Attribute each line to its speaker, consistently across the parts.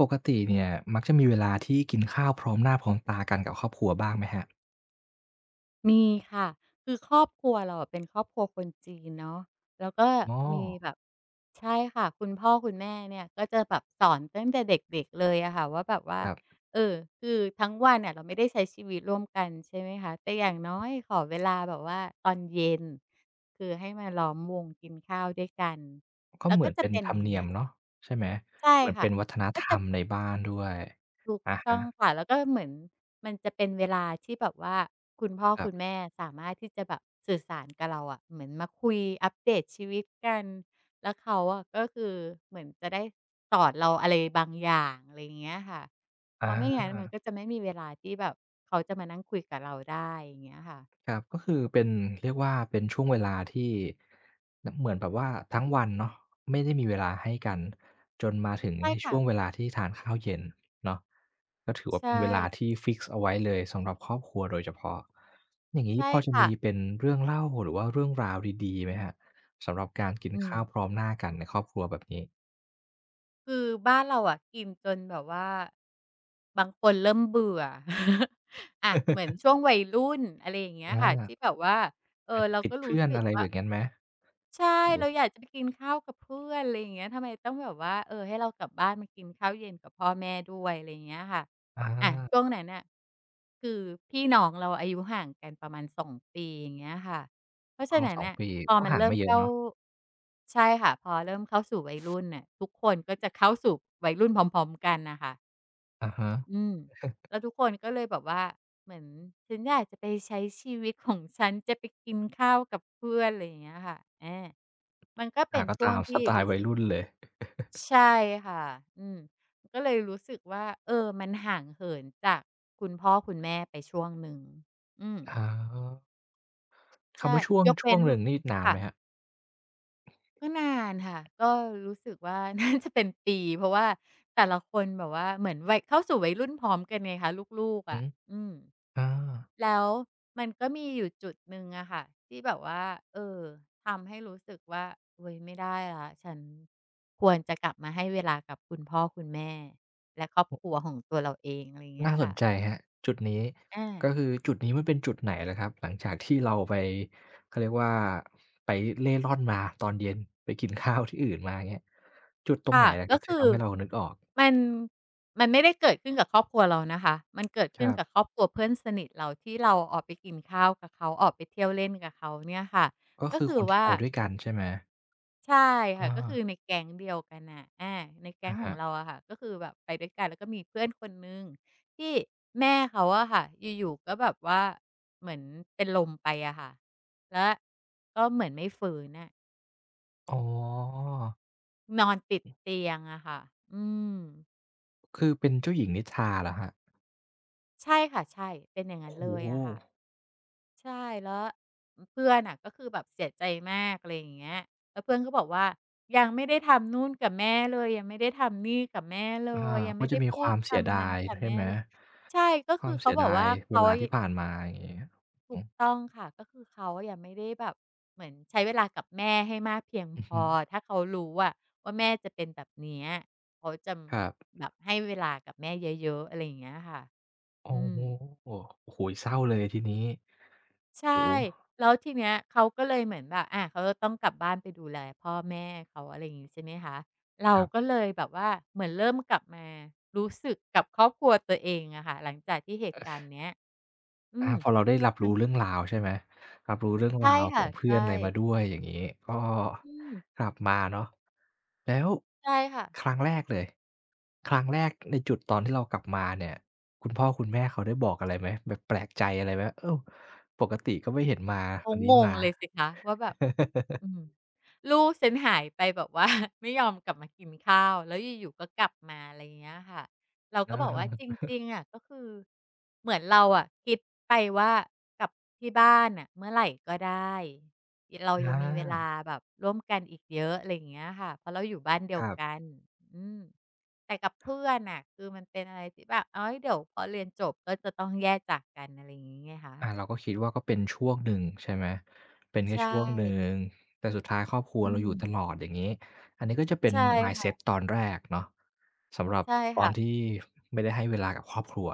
Speaker 1: ปกติเนี่ยมักจะมีเวลาที่กินข้าวพร้อมหน้าพร้อมตากันกับครอบครัวบ้างไหมครับ
Speaker 2: มีค่ะคือครอบครัวเราอะเป็นครอบครัวคนจีนเนาะแล้วก็
Speaker 1: อ๋อ
Speaker 2: มีแบบใช่ค่ะคุณพ่อคุณแม่เนี่ยก็จะแบบสอนตั้งแต่เด็กๆเลยอะค่ะว่าแบบว่า
Speaker 1: ครับ
Speaker 2: เออคือทั้งวันเน่ยเราไม่ได้ใช้ชีวิตร่วมกันใช่ไหมคะแต่อย่างน้อยขอเวลาแบบว่าตอนเย็นคือให้มาล้อมวงกินข้าวด้วยกัน
Speaker 1: ก็
Speaker 2: แล้ว
Speaker 1: เหมื
Speaker 2: ก็
Speaker 1: อน
Speaker 2: จะ
Speaker 1: เป็น
Speaker 2: เป็น
Speaker 1: ธร
Speaker 2: อ
Speaker 1: รม
Speaker 2: ย่าง
Speaker 1: เนีย
Speaker 2: เงี้
Speaker 1: ม
Speaker 2: ย
Speaker 1: เนาะใช่ไหม
Speaker 2: ใช่
Speaker 1: เหมือน
Speaker 2: ค่ะ
Speaker 1: เป็นวัฒน
Speaker 2: ก็
Speaker 1: ธร
Speaker 2: จะ
Speaker 1: รมในบ้านด้วย
Speaker 2: ถูก
Speaker 1: อะ
Speaker 2: ต้
Speaker 1: ฮะ
Speaker 2: องค่ะแล้วก็เหมือนมันจะเป็นเวลาที่แบบว่าคุณพ่อ
Speaker 1: ครั
Speaker 2: คุณ
Speaker 1: บ
Speaker 2: แม่สามารถที่จะแบบสื่อสารกับเราอะเหมือนมาคุยอัปเดตชีวิตกันแล้วเขาอะก็คือเหมือนจะได้สอนเราอะไรบางอย่างอะไรอย่างเงี้ยค่ะเพราะไม่งั้
Speaker 1: อา
Speaker 2: นมันก็จะไม่มีเวลาที่แบบเขาจะมานั่งคุยกับเราได้อย่างเงี้ยค่ะ
Speaker 1: ครับก็คือเป็นเรียกว่าเป็นช่วงเวลาที่นเหมือนแบบว่าทั้งวันเนาะไม่ได้มีเวลาให้กันจนมาถึง
Speaker 2: ใช่
Speaker 1: ในช่
Speaker 2: ค่ะ
Speaker 1: วงเวลาที่ทานข้าวเย็นเนาะก็ถือว่า
Speaker 2: ใช่
Speaker 1: เป็นเวลาที่ฟิกซ์เอาไว้เลยสำหรับครอบครัวโดยเฉพาะอย่างงี้
Speaker 2: ใช่
Speaker 1: พอจะ
Speaker 2: ค่ะ
Speaker 1: มีเป็นเรื่องเล่าหรือว่าเรื่องราวดีๆไหมครับสำหรับการกิน
Speaker 2: อื
Speaker 1: ข้าวพ
Speaker 2: ม
Speaker 1: ร้อมหน้ากันในครอบครัวแบบนี้
Speaker 2: คือบ้านเราอะกินจนแบบว่าบางคนเริ่มเบื่อ อะเหมือน ช่วงวัยรุ่นอะไรอย่างเงี้
Speaker 1: อ
Speaker 2: ยค่ะ
Speaker 1: า
Speaker 2: ที่แบบว่า
Speaker 1: อาจจะ
Speaker 2: เรา
Speaker 1: ติด
Speaker 2: ก็รู้
Speaker 1: เพื่อน
Speaker 2: สึก
Speaker 1: อะไรแบ
Speaker 2: ว่า
Speaker 1: บงั้นไหม
Speaker 2: ใช่
Speaker 1: หรื
Speaker 2: เรา
Speaker 1: อ้
Speaker 2: อยากจะไปกินข้าวกับเพื่อนอะไรอย่างเงี้ยทำไมต้องแบบว่าให้เรากลับบ้านมากินข้าวเย็นกับพ่อแม่ด้วยอะไรอย่างเงี้ยค่ะ
Speaker 1: อา
Speaker 2: อะช่วงนั้นน่ะคือพี่น้องเราอายุห่างกันประมาณ2 ปีอย่างเงี้ยค่ะเพราะ
Speaker 1: อ๋
Speaker 2: ฉะ
Speaker 1: อ
Speaker 2: นั้
Speaker 1: ส
Speaker 2: น
Speaker 1: อง
Speaker 2: น่ะ
Speaker 1: ปี
Speaker 2: พอ
Speaker 1: ก็
Speaker 2: มัน
Speaker 1: ห่าง
Speaker 2: เริ่
Speaker 1: ไม่
Speaker 2: ม
Speaker 1: เยอะ
Speaker 2: เข้า
Speaker 1: เนาะ
Speaker 2: ใช่ค่ะพอเริ่มเข้าสู่วัยรุ่นน่ะทุกคนก็จะเข้าสู่วัยรุ่นพร้อมๆกันน่ะค่ะ
Speaker 1: อะฮะ
Speaker 2: อืมแล้วทุกคนก็เลยแบบว่าเหมือนฉันอยากจะไปใช้ชีวิตของฉันจะไปกินข้าวกับเพื่อนอะไรอย่างเงี้ยค่ะอา
Speaker 1: อาก็ตามสไตล์วัยรุ่นเลย
Speaker 2: ใช่ค่ะอืมก็เลยรู้สึกว่ามันห่างเหินจากคุณพ่อคุณแม่ไปช่วงหนึ่งอืม
Speaker 1: อ๋อคำ
Speaker 2: ใช่
Speaker 1: ว่าช่วง
Speaker 2: ยก
Speaker 1: ช่ว
Speaker 2: เว้
Speaker 1: ง
Speaker 2: น
Speaker 1: หนึ่งนี่นานไห
Speaker 2: ค่ะ
Speaker 1: มครับ
Speaker 2: ก็นานค่ะก็รู้สึกว่า น่าจะเป็นปีเพราะว่าแต่ละคนแบบว่าเหมือนวัยเข้าสู่วัยรุ่นพร้อมกันไงคะลูกๆ
Speaker 1: อือ
Speaker 2: อะ
Speaker 1: ฮึ
Speaker 2: อืม
Speaker 1: อา
Speaker 2: แล้วมันก็มีอยู่จุดหนึ่งอะค่ะที่แบบว่าเออทำให้รู้สึกว่าเว้ยไม่ได้ละฉันควรจะกลับมาให้เวลากับคุณพ่อคุณแม่และครอบครัวของตัวเราเองอะไรอย่างเงี้
Speaker 1: น่า
Speaker 2: ย
Speaker 1: สน
Speaker 2: ค่ะ
Speaker 1: ใจครับจุดนี้
Speaker 2: อา
Speaker 1: ก็คือจุดนี้มันเป็นจุดไหนเหรอครับหลังจากที่เราไปเขาเรียกว่าไปเร่ร่อนมาตอนเย็นไปกินข้าวที่อื่นมาเงี้ยจุดตรงไหน
Speaker 2: ค่ะ
Speaker 1: เหรอครั
Speaker 2: ก็
Speaker 1: บที่
Speaker 2: คือ
Speaker 1: ทำให้เรานึกออก
Speaker 2: มันมันไม่ได้เกิดขึ้นกับครอบครัวเรานะคะมันเกิด
Speaker 1: ค
Speaker 2: ขึ้น
Speaker 1: รับ
Speaker 2: กับครอบครัวเพื่อนสนิทเราที่เราออกไปกินข้าวกับเขาออกไปเที่ยวเล่นกับเขาเนี่ยค่ะ
Speaker 1: ก็
Speaker 2: ก็
Speaker 1: คือค
Speaker 2: คือ
Speaker 1: นที่
Speaker 2: ว่า
Speaker 1: ไปด้วยกันใช่ไหม
Speaker 2: ใช่ค่ะก็คื
Speaker 1: อา
Speaker 2: อในแก๊งเดียวกันน่ะอาในแก๊
Speaker 1: อะ
Speaker 2: งของ
Speaker 1: ฮะ
Speaker 2: เราอะค่ะก็คือแบบไปด้วยกันแล้วก็มีเพื่อนคนหนึ่งที่แม่เขาอะค่ะอยู่ๆก็แบบว่าเหมือนเป็นลมไปอะค่ะแล้วก็เหมือนไม่ฟื้นอะ
Speaker 1: อ๋อ
Speaker 2: นอนติดเตียงอะค่ะอืม
Speaker 1: คือเป็นเจ้าหญิงนิทราเหรอครับ
Speaker 2: ใช่ค่ะใช่เป็นอย่างนั้
Speaker 1: โอ้
Speaker 2: นเลย
Speaker 1: โฮ
Speaker 2: อะค่ะใช่แล้วเพื่อนน่ะก็คือแบบเสียใจมากอะไรอย่างเงี้ยแล้วเพื่อนก็บอกว่ายังไม่ได้ทำนู่นกับแม่เลยยังไม่ได้ทำนี่กับแม่เล
Speaker 1: อา
Speaker 2: ยยัง
Speaker 1: ก็
Speaker 2: ไม่
Speaker 1: จะ
Speaker 2: ได้
Speaker 1: มี
Speaker 2: พู
Speaker 1: ค
Speaker 2: ด
Speaker 1: วามเสีย
Speaker 2: คำนั้
Speaker 1: ดา
Speaker 2: น
Speaker 1: ย
Speaker 2: กับ
Speaker 1: ใช่
Speaker 2: แม่
Speaker 1: ไหม
Speaker 2: เลยใช่ก็
Speaker 1: ควา
Speaker 2: คือ
Speaker 1: ม
Speaker 2: เขา
Speaker 1: เสีย
Speaker 2: บอก
Speaker 1: ดาย
Speaker 2: ว่า
Speaker 1: เว
Speaker 2: เขา
Speaker 1: ลา
Speaker 2: ย
Speaker 1: ที่ผ่านมาอย่างงี้อื
Speaker 2: ถูก
Speaker 1: อ
Speaker 2: ต้องค่ะก็คือเขาอยังไม่ได้แบบเหมือนใช้เวลากับแม่ให้มากเพียง
Speaker 1: อื
Speaker 2: พ
Speaker 1: อฮึ
Speaker 2: อถ้าเขารู้อะว่าแม่จะเป็นแบบเนี้ยเขาจะ
Speaker 1: ครับ
Speaker 2: แบบให้เวลากับแม่เยอะๆอะไรอย่างเงี้ยค่ะ
Speaker 1: โอ้
Speaker 2: อืม
Speaker 1: โฮโอ้โฮเศร้าเลยทีนี้
Speaker 2: ใช่
Speaker 1: โอ้โฮ
Speaker 2: แล้วทีเนี้ยเขาก็เลยเหมือนแบบอาเขาจะต้องกลับบ้านไปดูแลพ่อแม่เขาอะไรอย่างงี้ใช่ไหมคะเรา
Speaker 1: ครั
Speaker 2: ก็
Speaker 1: บ
Speaker 2: เลยแบบว่าเหมือนเริ่มกลับมารู้สึกกับครอบครัวตัวเองอะค่ะหลังจากที่เหตุการณ์เนี้ยอื
Speaker 1: อา
Speaker 2: ม
Speaker 1: พอเราได้รับ
Speaker 2: มั
Speaker 1: รู้
Speaker 2: น
Speaker 1: เรื่องราวใช่ไหม รับรู้เรื่องรา
Speaker 2: ใช่
Speaker 1: วขอ
Speaker 2: ค่ะ
Speaker 1: งเพื่อ
Speaker 2: ใช่
Speaker 1: นอะไรมาด้วยอย่างงี้ ก็
Speaker 2: อืม
Speaker 1: กลับมาเนาะแล้ว
Speaker 2: ใช่ค่ะ
Speaker 1: ครั้งแรกเลยครั้งแรกในจุดตอนที่เรากลับมาเนี่ยคุณพ่อคุณแม่เขาได้บอกอะไรไหมแบบแปลกใจอะไรไหมเอ้าวปกติก็ไม่เห็นมา
Speaker 2: เขา
Speaker 1: วันนี้
Speaker 2: งง
Speaker 1: มา
Speaker 2: เลยสิคะว่าแบบ อืมลูกฉันหายไปแบบว่า ไม่ยอมกลับมากินข้าวแล้วอยู่ๆก็กลับมาอะไรอย่างเงี้ยค่ะเรา
Speaker 1: อ
Speaker 2: ก็บอกว่า
Speaker 1: า
Speaker 2: จริงๆอะก็คือเหมือนเราอะคิดไปว่ากลับที่บ้านอ่ะเมื่อไหร่ก็ได้เรา
Speaker 1: อ
Speaker 2: ยังมีเวลา
Speaker 1: า
Speaker 2: แบบร่วมกันอีกเยอะอะไรอย่างเงี้ยค่ะเพราะเราอยู่บ้านเดี
Speaker 1: ค
Speaker 2: ยว
Speaker 1: รับ
Speaker 2: กันอืมแต่กับเพื่อนอ่ะคือมันเป็นอะไรที่แบบเฮ้ยเดี๋ยวพอเรียนจบก็จะต้องแยกจากกันอะไรอย่างเงี้ยไงคะ
Speaker 1: อาเราก็คิดว่าก็เป็นช่วงหนึ่งใช่ไหมเป็นแค่
Speaker 2: ใช่
Speaker 1: ช่วงหนึ่งแต่สุดท้ายครอบครัว
Speaker 2: อื
Speaker 1: เราอยู่ตล
Speaker 2: ม
Speaker 1: อดอย่างงี้อันนี้ก็จะเป็น
Speaker 2: ใช่
Speaker 1: mindset
Speaker 2: ค่ะ
Speaker 1: ตอนแรกเนาะสำหรับ
Speaker 2: ใช่
Speaker 1: ตอน
Speaker 2: ค่ะ
Speaker 1: ที่ไม่ได้ให้เวลากับครอบครัว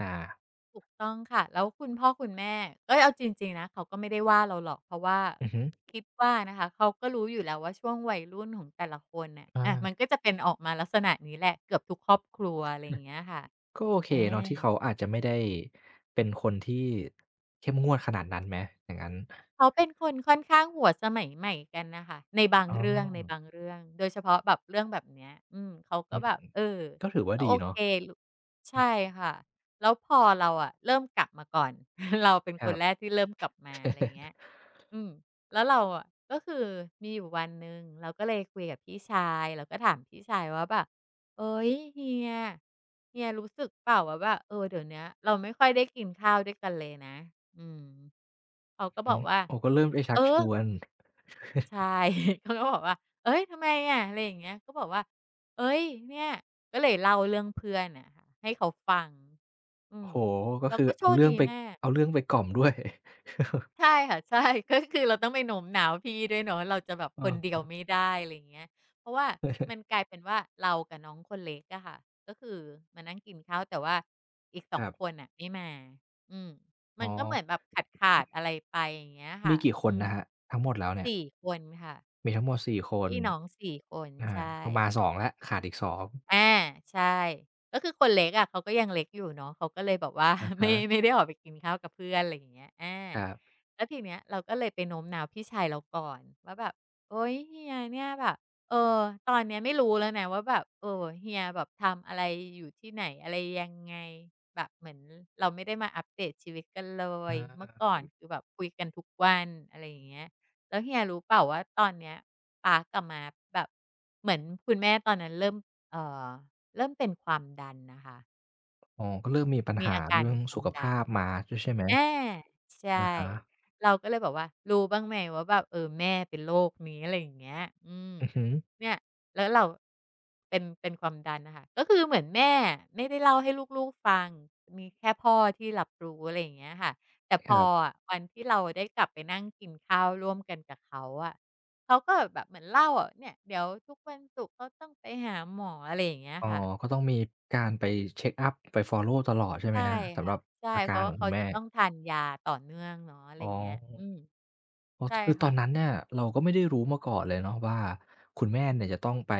Speaker 1: อา
Speaker 2: ถูกต้องค่ะแล้วคุณพ่อคุณแม่เอยเอาจริงๆนะเขาก็ไม่ได้ว่าเราหรอกเพราะว่า
Speaker 1: อือฮึ
Speaker 2: คิดว่านะคะเขาก็รู้อยู่แล้วว่าช่วงวัยรุ่นของแต่ละคนน่ะ
Speaker 1: อา
Speaker 2: อะมันก็จะเป็นออกมาลักษณะนี้แหละเกือบทุกครอบครัวอะไรอย่างเงี้ยค่ะ
Speaker 1: ก็โอเค
Speaker 2: อา
Speaker 1: เนาะที่เขาอาจจะไม่ได้เป็นคนที่เข้มงวดขนาดนั้นไหมอย่างงั้น
Speaker 2: เขาเป็นคนค่อนข้างหัวสมัยใหม่กันน่ะค่ะในบาง
Speaker 1: อ๋อ
Speaker 2: เรื่องในบางเรื่องโดยเฉพาะแบบเรื่องแบบเนี้ยอืมเขา
Speaker 1: อื
Speaker 2: ก็
Speaker 1: ม
Speaker 2: แบบเออ
Speaker 1: ก็ถือว่า
Speaker 2: ก็
Speaker 1: ดี
Speaker 2: โอเค
Speaker 1: เนาะ
Speaker 2: รุใช่ค่ะแล้วพอเราอะเริ่มกลับมาก่อน เราเป็น
Speaker 1: ค
Speaker 2: ค
Speaker 1: รั
Speaker 2: น
Speaker 1: บ
Speaker 2: แรกที่เริ่มกลับมาอะไรอย่างเงี้ย อืมแล้วเราอะก็คือมีอยู่วันหนึ่งเราก็เลยคุยกับพี่ชายเราก็ถามพี่ชายว่าแบบเฮ้ยเฮียเฮียรู้สึกเปล่าว่าแบบเออเดี๋ยวเนี้ยเราไม่ค่อยได้กินข้าวด้วยกันเลยนะอืมเขาก็บ
Speaker 1: อื
Speaker 2: อ
Speaker 1: ม
Speaker 2: กว่า
Speaker 1: โอ้ก็เริ่มไปชั
Speaker 2: เอ
Speaker 1: ก
Speaker 2: อ
Speaker 1: ชวน
Speaker 2: ใช่ เขาก็บอกว่าเฮ้ยทำไมอะอะไรอย่างเงี้ยก็บอกว่าเฮ้ยเนี่ยก็เลยเล่าเรื่องเพื่อนอะค่ะให้เขาฟังอื
Speaker 1: โอ้
Speaker 2: ม
Speaker 1: โฮก็
Speaker 2: เรา
Speaker 1: คือ
Speaker 2: ก็โช
Speaker 1: เอา
Speaker 2: ค
Speaker 1: เรื่อ
Speaker 2: ดี
Speaker 1: งไป
Speaker 2: มาก
Speaker 1: เอาเรื่องไปกล่อมด้วย
Speaker 2: ใช่ค่ะใช่ ก็คือเราต้องไปโน้มน้าวพี่ด้วยเนาะเราจะแบบคนเดียว
Speaker 1: เออ
Speaker 2: ไม่ได้อะไรอย่างเงี้ยเพราะว่ามันกลายเป็นว่าเรากับน้องคนเล็กอะค่ะก็คือมานั่งกินข้าวแต่ว่าอีก
Speaker 1: ค
Speaker 2: 2
Speaker 1: รับ
Speaker 2: คนน่ะไม่มาอืม
Speaker 1: อ๋
Speaker 2: มั
Speaker 1: อ
Speaker 2: นก็เหมือนแบบขาดๆอะไรไปอย่างเงี้ย
Speaker 1: มี
Speaker 2: ค่ะ
Speaker 1: กี่คน
Speaker 2: อืม
Speaker 1: นะครับทั้งหมดแล้วเนี่ย
Speaker 2: สี่คนค่ะ
Speaker 1: มีทั้งหมด4คน
Speaker 2: พี่น้อง4คน
Speaker 1: อา
Speaker 2: ใช่
Speaker 1: ก็มา2แล้วขาดอีก2อง
Speaker 2: อาใช่ก็คือคนเล็กอะเขาก็ยังเล็กอยู่เนาะเขาก็เลยแบบว่า
Speaker 1: อะ
Speaker 2: ไม่
Speaker 1: ฮะ
Speaker 2: ไม่ได้ออกไปกินข้าวกับเพื่อนอะไรอย่างเงี้ยอา
Speaker 1: ครับ
Speaker 2: แล้วทีเนี้ยเราก็เลยไปโน้มน้าวพี่ชายเราก่อนว่าแบบโอ๊ยเฮียเนี่ยแบบเออตอนเนี้ยไม่รู้แล้วนะว่าแบบเออเฮียแบบทำอะไรอยู่ที่ไหนอะไรยังไงแบบเหมือนเราไม่ได้มาอัปเดตชีวิตกันเล
Speaker 1: อ
Speaker 2: ยเมื่อ
Speaker 1: า
Speaker 2: ก่อนคือแบบคุยกันทุกวันอะไรอย่างเงี้ยแล้วเฮียรู้เปล่าว่าตอนเนี้ยป๊ากับม้าแบบเหมือนคุณแม่ตอนนั้นเริ่ม เอ่อเริ่มเป็นความดันนะคะ
Speaker 1: อ๋อก็เริ่มมีปัญ
Speaker 2: มี
Speaker 1: หา
Speaker 2: อาการ
Speaker 1: เรื่อง
Speaker 2: เป็นควา
Speaker 1: สุ
Speaker 2: ม
Speaker 1: ข
Speaker 2: ดั
Speaker 1: ภา
Speaker 2: น
Speaker 1: พมาด้วยใช่ไหม
Speaker 2: อาใช
Speaker 1: อะ
Speaker 2: ่
Speaker 1: ฮะ
Speaker 2: เราก็เลยบอกว่ารู้บ้างไหมว่าแบบเออแม่เป็นโรคนี้อะไรอย่างเงี้ยอืม
Speaker 1: อือฮึ
Speaker 2: เนี่ยแล้วเราเป็นความดันน่ะค่ะก็คือเหมือนแม่อะไม่ได้เล่าให้ลูกๆฟังมีแค่พ่อที่รับรู้อะไรอย่างเงี้ยค่ะแต่
Speaker 1: ค
Speaker 2: พอ
Speaker 1: รับ
Speaker 2: อะวันที่เราได้กลับไปนั่งกินข้าวร่วมกันกับเขาอะเขาก็แบบเหมือนเล่าอะเนี่ยเดี๋ยวทุกวันศุกร์เขาต้องไปหาหมออะไรอย่างเงี้ย
Speaker 1: อ๋อ
Speaker 2: ค่ะ
Speaker 1: ก็ต้องมีการไปเช็กอัปไปฟอลโล่ตลอดใช่ไหม
Speaker 2: ใช่
Speaker 1: ครับสำห
Speaker 2: ค่ะ
Speaker 1: รับ
Speaker 2: ใช่
Speaker 1: อา
Speaker 2: เพ
Speaker 1: การ
Speaker 2: ราะ
Speaker 1: ข
Speaker 2: ว่า
Speaker 1: องคุ
Speaker 2: เขา
Speaker 1: ณ
Speaker 2: จะ
Speaker 1: แม่
Speaker 2: ต้องทานยาต่อเนื่องเนาะอะไร
Speaker 1: อ๋
Speaker 2: อ
Speaker 1: อ
Speaker 2: ย่างเงี้ยอืม
Speaker 1: อ๋อ
Speaker 2: ใช่
Speaker 1: คือตอ
Speaker 2: ค่ะ
Speaker 1: นนั้นเนี่ยเราก็ไม่ได้รู้มาก่อนเลยเนาะว่าคุณแม่เนี่ยจะต้องไป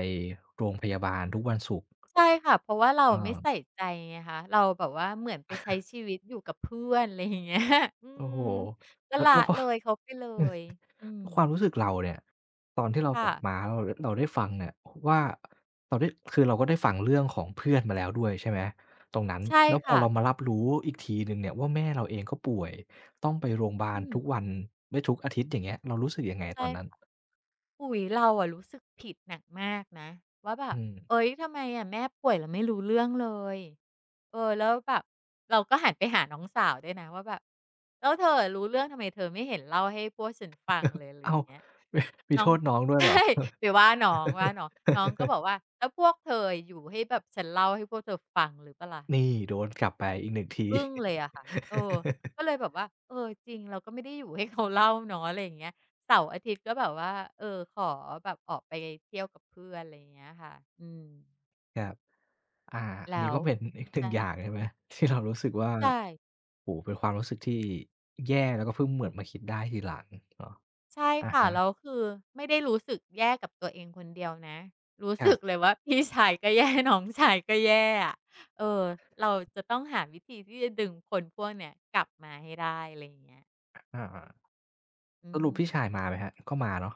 Speaker 1: โรงพยาบาลทุกวันศุกร์
Speaker 2: ใช่ค่ะเพราะว่าเรา
Speaker 1: เอ
Speaker 2: ไม่ใส่
Speaker 1: อ
Speaker 2: ใจไงคะเราแบบว่าเหมือนไปใช้ชีวิตอยู่กับเพื่อนอะไรอย่างเงี้ย อื
Speaker 1: โอ้
Speaker 2: ม
Speaker 1: โฮ
Speaker 2: ก็
Speaker 1: แล้ว
Speaker 2: ละ
Speaker 1: แล้วพอ
Speaker 2: เลยเขาไปเลยอืม
Speaker 1: ความรู้สึกเราเนี่ยตอนที่เราก
Speaker 2: ค่ะ
Speaker 1: ลับมาแล้วเราเราได้ฟังเนี่ยว่าเราได้คือเราก็ได้ฟังเรื่องของเพื่อนมาแล้วด้วยใช่ไหมตรงนั้น
Speaker 2: ใช่
Speaker 1: แล้วพอ
Speaker 2: ค่ะ
Speaker 1: เรามารับรู้อีกทีหนึ่งเนี่ยว่าแม่เราเองก็ป่วยต้องไปโรงบาล
Speaker 2: อืม
Speaker 1: ทุกวันไม่ทุกอาทิตย์อย่างเงี้ยเรารู้สึกยังไงตอนนั้น
Speaker 2: ใช่ อุ๊ยเราอะรู้สึกผิดหนักมากนะว่าแบ
Speaker 1: อื
Speaker 2: บ
Speaker 1: ม
Speaker 2: เอ้ยทำไมอะแม่ป่วยแล้วไม่รู้เรื่องเลยเออแล้วแบบเราก็หันไปหาน้องสาวด้วยนะว่าแบบแล้วเธอรู้เรื่องทำไมเธอไม่เห็นเล่าให้พวกฉันฟังเลยอะไร
Speaker 1: อ้า
Speaker 2: อ
Speaker 1: ว
Speaker 2: ย่างเงี้ย
Speaker 1: มีมี
Speaker 2: น้
Speaker 1: โท
Speaker 2: อง
Speaker 1: ษน้องด้ว ยเหรอ
Speaker 2: ใช่ไปว่าน้องว่าน้องน้องก็บอก ว่าแล้วพวกเธออยู่ให้แบบฉันเล่าให้พวกเธอฟังหรือเปล่าล่ะ
Speaker 1: นี่โดนกลับไปอีกหนึ่งที
Speaker 2: อึ้งเลยอะค่ะเออ ก็เลยแบบว่าเออจริงเราก็ไม่ได้อยู่ให้เขาเล่าเนาะอะไรอย่างเงี้ยเสาร์อาทิตย์ก็แบบว่าเออขอแบบออกไปเที่ยวกับเพื่อนอะไรอย่างเงี้ยค่ะอืม
Speaker 1: ครับ อาอัน
Speaker 2: แล้
Speaker 1: นี้
Speaker 2: ว
Speaker 1: ก็เป็นอีกหนึ่ง
Speaker 2: ใช่
Speaker 1: อย่างใช่ไหม ที่เรารู้สึกว่า
Speaker 2: ใช่
Speaker 1: โอ้โฮเป็นความรู้สึกที่แย่แล้วก็เพิ่งเหมือนมาคิดได้ทีหลังเนาะ
Speaker 2: ใช่
Speaker 1: อะ
Speaker 2: ค่ะแล้
Speaker 1: ฮะ
Speaker 2: วคือไม่ได้รู้สึกแย่กับตัวเองคนเดียวนะรู้
Speaker 1: ครั
Speaker 2: สึก
Speaker 1: บ
Speaker 2: เลยว่าพี่ชายก็แย่น้องชายก็แย่อะเออเราจะต้องหาวิธีที่จะดึงคนพวกเนี้ยกลับมาให้ได้อะไรอย่างเงี้ย
Speaker 1: อาๆส
Speaker 2: อื
Speaker 1: รุป
Speaker 2: ม
Speaker 1: พี่ชายมาไหมครับก็มาเนาะ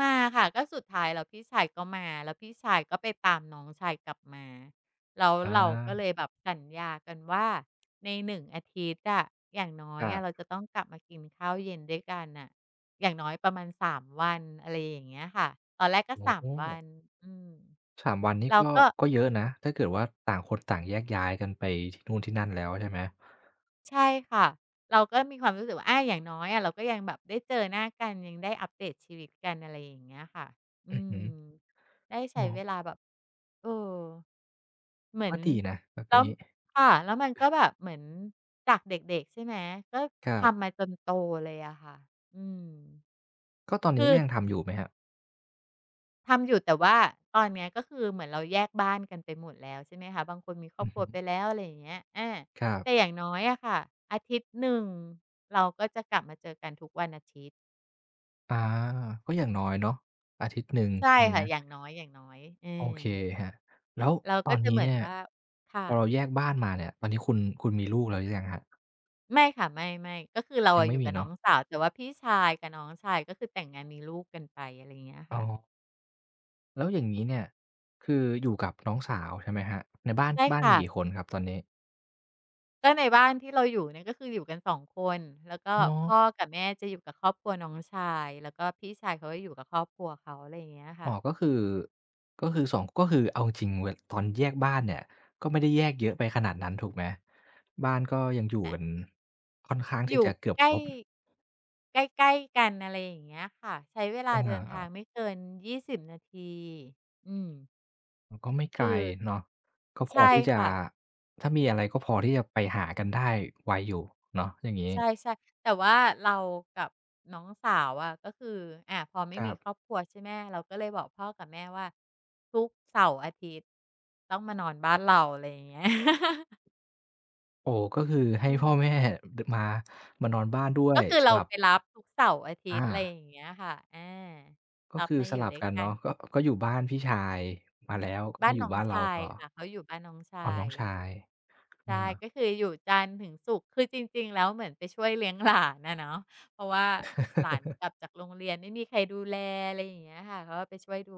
Speaker 2: มาค่ะก็สุดท้ายแล้วพี่ชายก็มาแล้วพี่ชายก็ไปตามน้องชายกลับมาแล้ว
Speaker 1: อา
Speaker 2: เราก็เลยแบบสัญญากันว่าในหนึ่งอาทิตย์อะอย่างน้อ
Speaker 1: ค
Speaker 2: ย
Speaker 1: รั
Speaker 2: อะเรา
Speaker 1: บ
Speaker 2: จะต้องกลับมากินข้าวเย็นด้วยกันอะอย่างน้อยประมาณ3วันอะไรอย่างเงี้ยค่ะตอนแรกก็
Speaker 1: โอ้
Speaker 2: สา
Speaker 1: โฮ
Speaker 2: มวันอืม
Speaker 1: สามวันนี่
Speaker 2: เรา
Speaker 1: ก็
Speaker 2: ก็
Speaker 1: ก็เยอะนะถ้าเกิดว่าต่างคนต่างแยกย้ายกันไปที่นู่นที่นั่นแล้วใช่ไหม
Speaker 2: ใช่ค่ะเราก็มีความรู้สึกว่าอาอย่างน้อยอะเราก็ยังแบบได้เจอหน้ากันยังได้อัปเดตชีวิตกันอะไรอย่างเงี้ยค่ะอื
Speaker 1: อือ
Speaker 2: ม
Speaker 1: ฮึ
Speaker 2: ได้ใช้
Speaker 1: โอ้
Speaker 2: เวลาแบบเออ เหมือ
Speaker 1: ก็
Speaker 2: น
Speaker 1: ดีนะแบบ
Speaker 2: แล้ว
Speaker 1: นี้
Speaker 2: ค่ะแล้วมันก็แบบเหมือนจากเด็กๆใช่ไหมก็
Speaker 1: ครั
Speaker 2: ทำมา
Speaker 1: บ
Speaker 2: จนโตเลยอะค่ะอืม
Speaker 1: ก็ตอนนี้
Speaker 2: คือ
Speaker 1: ก็ยังทำอยู่ไหมครับ
Speaker 2: ทำอยู่แต่ว่าตอนเนี้ยก็คือเหมือนเราแยกบ้านกันไปหมดแล้วใช่ไหมคะบางคนมีครอ
Speaker 1: อื
Speaker 2: บ
Speaker 1: อ
Speaker 2: ครั
Speaker 1: ฮึ
Speaker 2: วไปแล้วอะไรอย่างเงี้ยอา
Speaker 1: ครับ
Speaker 2: แต่อย่างน้อยอะค่ะอาทิตย์หนึ่งเราก็จะกลับมาเจอกันทุกวันอาทิตย์
Speaker 1: อาก็อย่างน้อยเนาะอาทิตย์หนึ่ง
Speaker 2: ใช่
Speaker 1: ใช่ไหม
Speaker 2: ค่ะอย่างน้อยๆเอ
Speaker 1: โอ
Speaker 2: อ
Speaker 1: เคครับแล้ว
Speaker 2: เรา
Speaker 1: ตอ
Speaker 2: ก็
Speaker 1: น
Speaker 2: จะ
Speaker 1: นี้
Speaker 2: เหมือน
Speaker 1: เนี่ย
Speaker 2: ว่า
Speaker 1: พ
Speaker 2: ค่ะ
Speaker 1: อเราแยกบ้านมาเนี่ยตอนนี้คุณมีลูกแล้วหรือยังครับ
Speaker 2: ไม่ค่ะไม่ก็คือเรา
Speaker 1: ยัง
Speaker 2: อะอ
Speaker 1: ไม่
Speaker 2: ยู่
Speaker 1: มี
Speaker 2: กับน้อ
Speaker 1: เนาะ
Speaker 2: งสาวแต่ว่าพี่ชายกับน้องชายก็คือแต่งงานมีลูกกันไปอะไรอย่างเงี้ย
Speaker 1: อ๋อ
Speaker 2: ค่ะ
Speaker 1: แล้วอย่างงี้เนี่ยคืออยู่กับน้องสาวใช่ไหมครับในบ้าน
Speaker 2: ใช่
Speaker 1: บ้านมี
Speaker 2: ค่ะ
Speaker 1: กี่คนครับตอนนี้
Speaker 2: ก็ในบ้านที่เราอยู่เนี่ยก็คืออยู่กัน2คนแล้วก็
Speaker 1: อ๋อ
Speaker 2: พ่อกับแม่จะอยู่กับครอบครัวน้องชายแล้วก็พี่ชายเขาก็อยู่กับครอบครัวเขาอะไรอย่างเงี้ย
Speaker 1: อ๋อ
Speaker 2: ค่ะ
Speaker 1: ก็คือก็คือสองก็คือเอาจริงเวตอนแยกบ้านเนี่ยก็ไม่ได้แยกเยอะไปขนาดนั้นถูกไหมบ้านก็ยังอยู่
Speaker 2: อา
Speaker 1: กันค่อนข้าง
Speaker 2: อ
Speaker 1: ที่
Speaker 2: ยู่
Speaker 1: จะเกือบ
Speaker 2: ใก
Speaker 1: ค
Speaker 2: ล้
Speaker 1: รบ
Speaker 2: ใกล้ๆกันอะไรอย่างเงี้ยค่ะใช้เวลา
Speaker 1: อ
Speaker 2: เดินทาง
Speaker 1: า
Speaker 2: ไม่เกิน20นาทีอืม
Speaker 1: มันก็ไม่ไกล
Speaker 2: คือ
Speaker 1: เนาะก็พอ
Speaker 2: ใช่
Speaker 1: ที่จะ
Speaker 2: ค่ะ
Speaker 1: ถ้ามีอะไรก็พอที่จะไปหากันได้ไวอยู่เนาะอย่างงี้
Speaker 2: ใช่แต่ว่าเรากับน้องสาวอะก็คือพอ
Speaker 1: ค
Speaker 2: ไม่
Speaker 1: รั
Speaker 2: มีครอบ
Speaker 1: บ
Speaker 2: ครัวใช่ไหมเราก็เลยบอกพ่อกับแม่ว่าทุกเสาร์อาทิตย์ต้องมานอนบ้านเราอะไรอย่างเงี้ย
Speaker 1: โอ้ก็คือให้
Speaker 2: อืม
Speaker 1: พ่อแม่ ดมามานอนบ้านด้ว
Speaker 2: ก็
Speaker 1: ย
Speaker 2: คือ
Speaker 1: ส
Speaker 2: เรา
Speaker 1: ลับ
Speaker 2: ไปรับทุกเสาร์อาทิตย์
Speaker 1: อา
Speaker 2: อะไรอย่างเงี้ยค่ะอา
Speaker 1: ก็
Speaker 2: รับ
Speaker 1: คือ
Speaker 2: มา
Speaker 1: ส
Speaker 2: อยู่
Speaker 1: ลับ
Speaker 2: ด้วย
Speaker 1: กัน
Speaker 2: กัน
Speaker 1: เนาะก็อยู่บ้านพี่ชายมาแล้วก็
Speaker 2: บ้า
Speaker 1: มา
Speaker 2: น
Speaker 1: อยู่
Speaker 2: น้อง
Speaker 1: บ้านเรา
Speaker 2: ชาย
Speaker 1: ต่อ
Speaker 2: ค่ะเขาอยู่บ้านน้อง
Speaker 1: อ๋อ
Speaker 2: ชา
Speaker 1: น้อ
Speaker 2: ย
Speaker 1: งชายอ
Speaker 2: ใช่
Speaker 1: า
Speaker 2: ก็คืออยู่จันทร์ถึงศุกร์คือจริงๆแล้วเหมือนไปช่วยเลี้ยงหลานอะเนาะเพราะว่าหลานกลับจากโรงเรียนไม่มีใครดูแลอะไรอย่างเงี้ยค่ะเขาก็ไปช่วยดู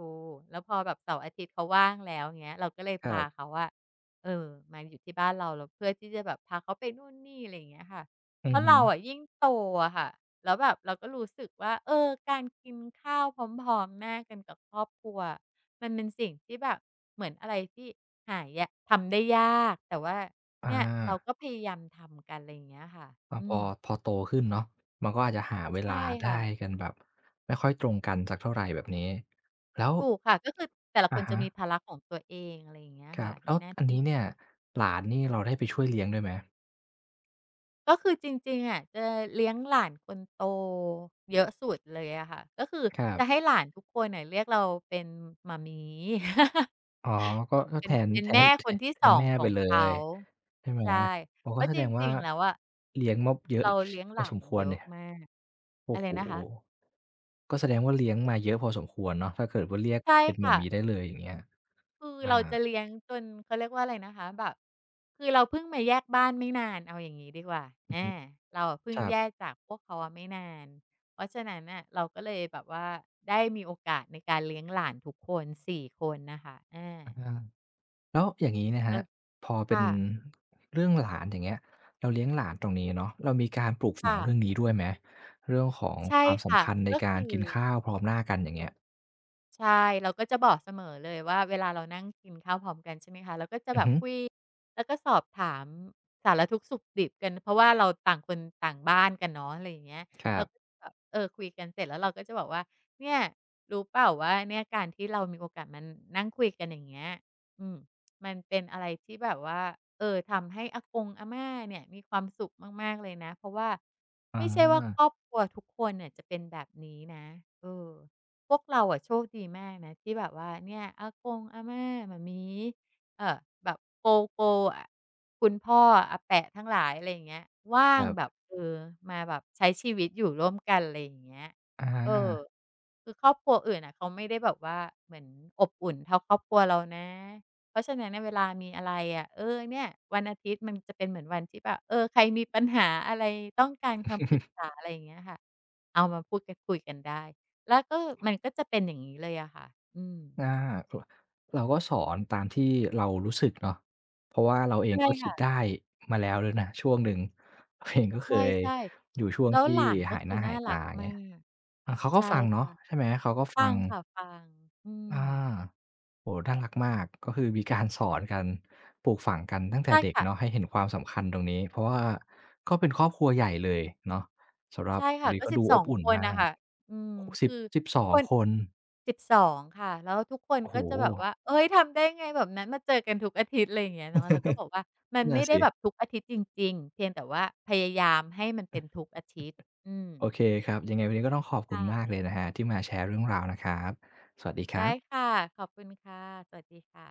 Speaker 2: แล้วพอแบบเสาร์อาทิตย์เขาว่างแล้วเงี้ยเราก็เลย
Speaker 1: ครั
Speaker 2: พา
Speaker 1: บ
Speaker 2: เขาอะเออมาอยู่ที่บ้านเราแล้วเพื่อที่จะแบบพาเขาไปนู่นนี่อะไรอย่างเงี้ยค่ะ
Speaker 1: อื
Speaker 2: เพ
Speaker 1: อ
Speaker 2: ราะ
Speaker 1: ฮึ
Speaker 2: เราอะยิ่งโตอะค่ะแล้วแบบเราก็รู้สึกว่าเออการกินข้าวพร้อมๆหน้ากันกับครอบครัวมันเป็นสิ่งที่แบบเหมือนอะไรที่หายะทำได้ยากแต่ว่า
Speaker 1: อา
Speaker 2: เนี่ยเราก็พยายามทำกันอะไรอย่างเงี้ยค่ะ
Speaker 1: ก็พ
Speaker 2: อื
Speaker 1: อ
Speaker 2: ม
Speaker 1: พอโตขึ้นเนาะมันก็อาจจะหาเว
Speaker 2: ใช่
Speaker 1: ลาได้
Speaker 2: ค่ะ
Speaker 1: กันแบบไม่ค่อยตรงกันสักเท่าไรแบบนี้แล้ว
Speaker 2: ถูกค่ะก็คือแต่ละค
Speaker 1: อะ
Speaker 2: นจะ
Speaker 1: ฮะ
Speaker 2: มีภาระของตัวเองอะไรอย่างเงี้ย
Speaker 1: ครั
Speaker 2: ค่ะ
Speaker 1: บแล้
Speaker 2: มี
Speaker 1: ว
Speaker 2: หน้า
Speaker 1: อัน
Speaker 2: ที่
Speaker 1: นี้
Speaker 2: ของ
Speaker 1: เนี่ย
Speaker 2: ตัวเอง
Speaker 1: หลานนี่เราได้ไปช่วยเลี้ยงด้วยไหม
Speaker 2: ก็คือจริงๆอะจะเลี้ยงหลานคนโตเยอะสุดเลยอะค่ะก็คือ
Speaker 1: ครับ
Speaker 2: จะให้หลานทุกคนน่ะเรียกเราเป็นหม่ามี
Speaker 1: อ๋อก็
Speaker 2: เป็นเป็นแม่คนที่
Speaker 1: แท
Speaker 2: ส
Speaker 1: น
Speaker 2: อง
Speaker 1: แม่
Speaker 2: ข
Speaker 1: ไป
Speaker 2: อง
Speaker 1: เล
Speaker 2: เขา
Speaker 1: ยใช่ไหม
Speaker 2: ใช่
Speaker 1: อ๋อ
Speaker 2: เพ
Speaker 1: ก็
Speaker 2: ราะ
Speaker 1: แส
Speaker 2: จ
Speaker 1: ดงว่า
Speaker 2: ริงๆแล้วอะ
Speaker 1: เลี้ยงมาเยอะพอสมควรเนี่ยโอ้
Speaker 2: อะไร
Speaker 1: โฮ
Speaker 2: นะคะ
Speaker 1: ก็แสดงว่าเลี้ยงมาเยอะพอสมควรเนาะถ้าเกิดว่าเรียก
Speaker 2: ใช่
Speaker 1: เป็นหม่า
Speaker 2: ค่ะ
Speaker 1: มี่ได้เลยอย่างเงี้ย
Speaker 2: คือ
Speaker 1: อา
Speaker 2: เราจะเลี้ยงจนเขาเรียกว่าอะไรนะคะแบบคือเราเพิ่งมาแยกบ้านไม่นานเอาอย่างงี้ดีกว่า
Speaker 1: อือ
Speaker 2: อา
Speaker 1: ฮึ
Speaker 2: เราอะเพิ่
Speaker 1: ค
Speaker 2: ง
Speaker 1: รับ
Speaker 2: แยกจากพวกเขาอะไม่นานเพราะฉะนั้นน่ะเราก็เลยแบบว่าได้มีโอกาสในการเลี้ยงหลานทุกคน4คนน่ะค่ะอา
Speaker 1: อา แล้วอย่างนี้นะคะ
Speaker 2: ก็
Speaker 1: พอเป็น
Speaker 2: ค่ะ
Speaker 1: เรื่องหลานอย่างเงี้ยเราเลี้ยงหลานตรงนี้เนาะเรามีการปลูกฝั
Speaker 2: ค่ะ
Speaker 1: งเรื่องนี้ด้วยไหมเรื่องของค
Speaker 2: ใช่
Speaker 1: วาม
Speaker 2: ค่ะ
Speaker 1: สำคัญใน
Speaker 2: ก็
Speaker 1: การ
Speaker 2: คือ
Speaker 1: กินข้าวพร้อมหน้ากันอย่างเงี้ย
Speaker 2: ใช่เราก็จะบอกเสมอเลยว่าเวลาเรานั่งกินข้าวพร้อมกันใช่ไหมคะเราก็จะ
Speaker 1: อือ
Speaker 2: แบบ
Speaker 1: ฮึ
Speaker 2: คุยแล้วก็สอบถามสารทุกข์สุขดิบกันเพราะว่าเราต่างคนต่างบ้านกันเนาะอะไรอย่างเงี้ย
Speaker 1: ครั
Speaker 2: เรา
Speaker 1: บ
Speaker 2: ก็จะแบบเออคุยกันเสร็จแล้วเราก็จะบอกว่าเนี่ยรู้เปล่าว่าเนี่ยการที่เรามีโอกาสมานั่งคุยกันอย่างเงี้ยอืมมันเป็นอะไรที่แบบว่าเออทำให้อากงอาม่าเนี่ยมีความสุขมากๆเลยนะเพราะว่า
Speaker 1: อา
Speaker 2: ไม่ใช่ว่าครอบครัวทุกคนเนี่ยจะเป็นแบบนี้นะเออ พวกเราอะโชคดีมากนะที่แบบว่าเนี่ยอากงอาม่าหม่าม้ีเออแบบโกอะคุณพ่ออาแปะทั้งหลายอะไรอย่างเงี้ยว่า
Speaker 1: ค
Speaker 2: ง
Speaker 1: รั
Speaker 2: แบบ
Speaker 1: บ
Speaker 2: เออมาแบบใช้ชีวิตอยู่ร่วมกันอะไรอย่างเงี้ย
Speaker 1: อา
Speaker 2: เออคือครอบครัวอื่นอะเขาไม่ได้แบบว่าเหมือนอบอุ่นเท่าครอบครัวเรานะเพราะฉะนั้นน่ะเวลามีอะไรอะเออเนี่ยวันอาทิตย์มันจะเป็นเหมือนวันที่แบบเออใครมีปัญหาอะไรต้องการคำปรึ กษาอะไรอย่างเงี้ยค่ะเอามาพูดกันคุยกันได้ แล้วก็มันก็จะเป็นอย่างนี้เลยอะค่ะอืม
Speaker 1: อาโอ้เราก็สอนตามที่เรารู้สึกเนาะเพราะว่าเราเอง
Speaker 2: ใช่
Speaker 1: ก็คิด
Speaker 2: ค่ะ
Speaker 1: ได้มาแล้วด้วยนะช่วงหนึ่งเราเองก็
Speaker 2: ใ
Speaker 1: เคย
Speaker 2: ช่
Speaker 1: อยู่ช่ว
Speaker 2: ๆ
Speaker 1: ง
Speaker 2: แล้ว
Speaker 1: ที่
Speaker 2: หลานก็
Speaker 1: หายห
Speaker 2: คือ
Speaker 1: น้าหา
Speaker 2: น่า
Speaker 1: ย
Speaker 2: รั
Speaker 1: ตา
Speaker 2: ก
Speaker 1: อย่าง
Speaker 2: มา
Speaker 1: เงี้ย
Speaker 2: ก
Speaker 1: อาเขาก็
Speaker 2: ใช่
Speaker 1: ฟังเนาะ
Speaker 2: ค่ะ
Speaker 1: ใช่ไหมเขาก็ฟั
Speaker 2: ฟั
Speaker 1: ง
Speaker 2: งค่ะฟังอืม
Speaker 1: อา โอ้โฮน่ารักมากก็คือมีการสอนกันปลูกฝังกันตั้งแต่
Speaker 2: ใช่
Speaker 1: เด็ก
Speaker 2: ค่ะ
Speaker 1: เนาะให้เห็นความสำคัญตรงนี้เพราะว่าก็เป็นครอบครัวใหญ่เลยเนาะสำหรับ
Speaker 2: ใช่
Speaker 1: ตรง
Speaker 2: ค่ะ
Speaker 1: นี้
Speaker 2: ก็
Speaker 1: ก็
Speaker 2: สิ
Speaker 1: ดู
Speaker 2: บส
Speaker 1: อ
Speaker 2: อ
Speaker 1: บ
Speaker 2: ง
Speaker 1: อุ่น
Speaker 2: คน
Speaker 1: มา
Speaker 2: น่ะ
Speaker 1: ก
Speaker 2: ค่ะอืม
Speaker 1: โอ้โฮสิบ
Speaker 2: คือ
Speaker 1: สบสอ
Speaker 2: ค
Speaker 1: 2
Speaker 2: น
Speaker 1: คน
Speaker 2: สิบสองค่ะแล้วทุกคน
Speaker 1: โอ้โฮ
Speaker 2: ก็จะแบบว่าเฮ้ยทำได้ไงแบบนั้นมาเจอกันทุกอาทิตย์อะไรอย่างเงี้ยเนาะเราก็บอกว่ามัน
Speaker 1: นั่น
Speaker 2: ไม่
Speaker 1: น่ะ
Speaker 2: ได้แบบ
Speaker 1: สิ
Speaker 2: ทุกอาทิตย์จริงๆเพียงแต่ว่าพยายามให้มันเป็นทุกอาทิตย์อืม
Speaker 1: โอเคครับยังไงวันนี้ก็ต้องขอบคุณมาก
Speaker 2: ค่ะ
Speaker 1: เลยนะครับที่มาแชร์เรื่องราวนะครับสวัสดีครั
Speaker 2: ได้
Speaker 1: บ
Speaker 2: ค่ะขอบคุณค่ะสวัสดีค่ะ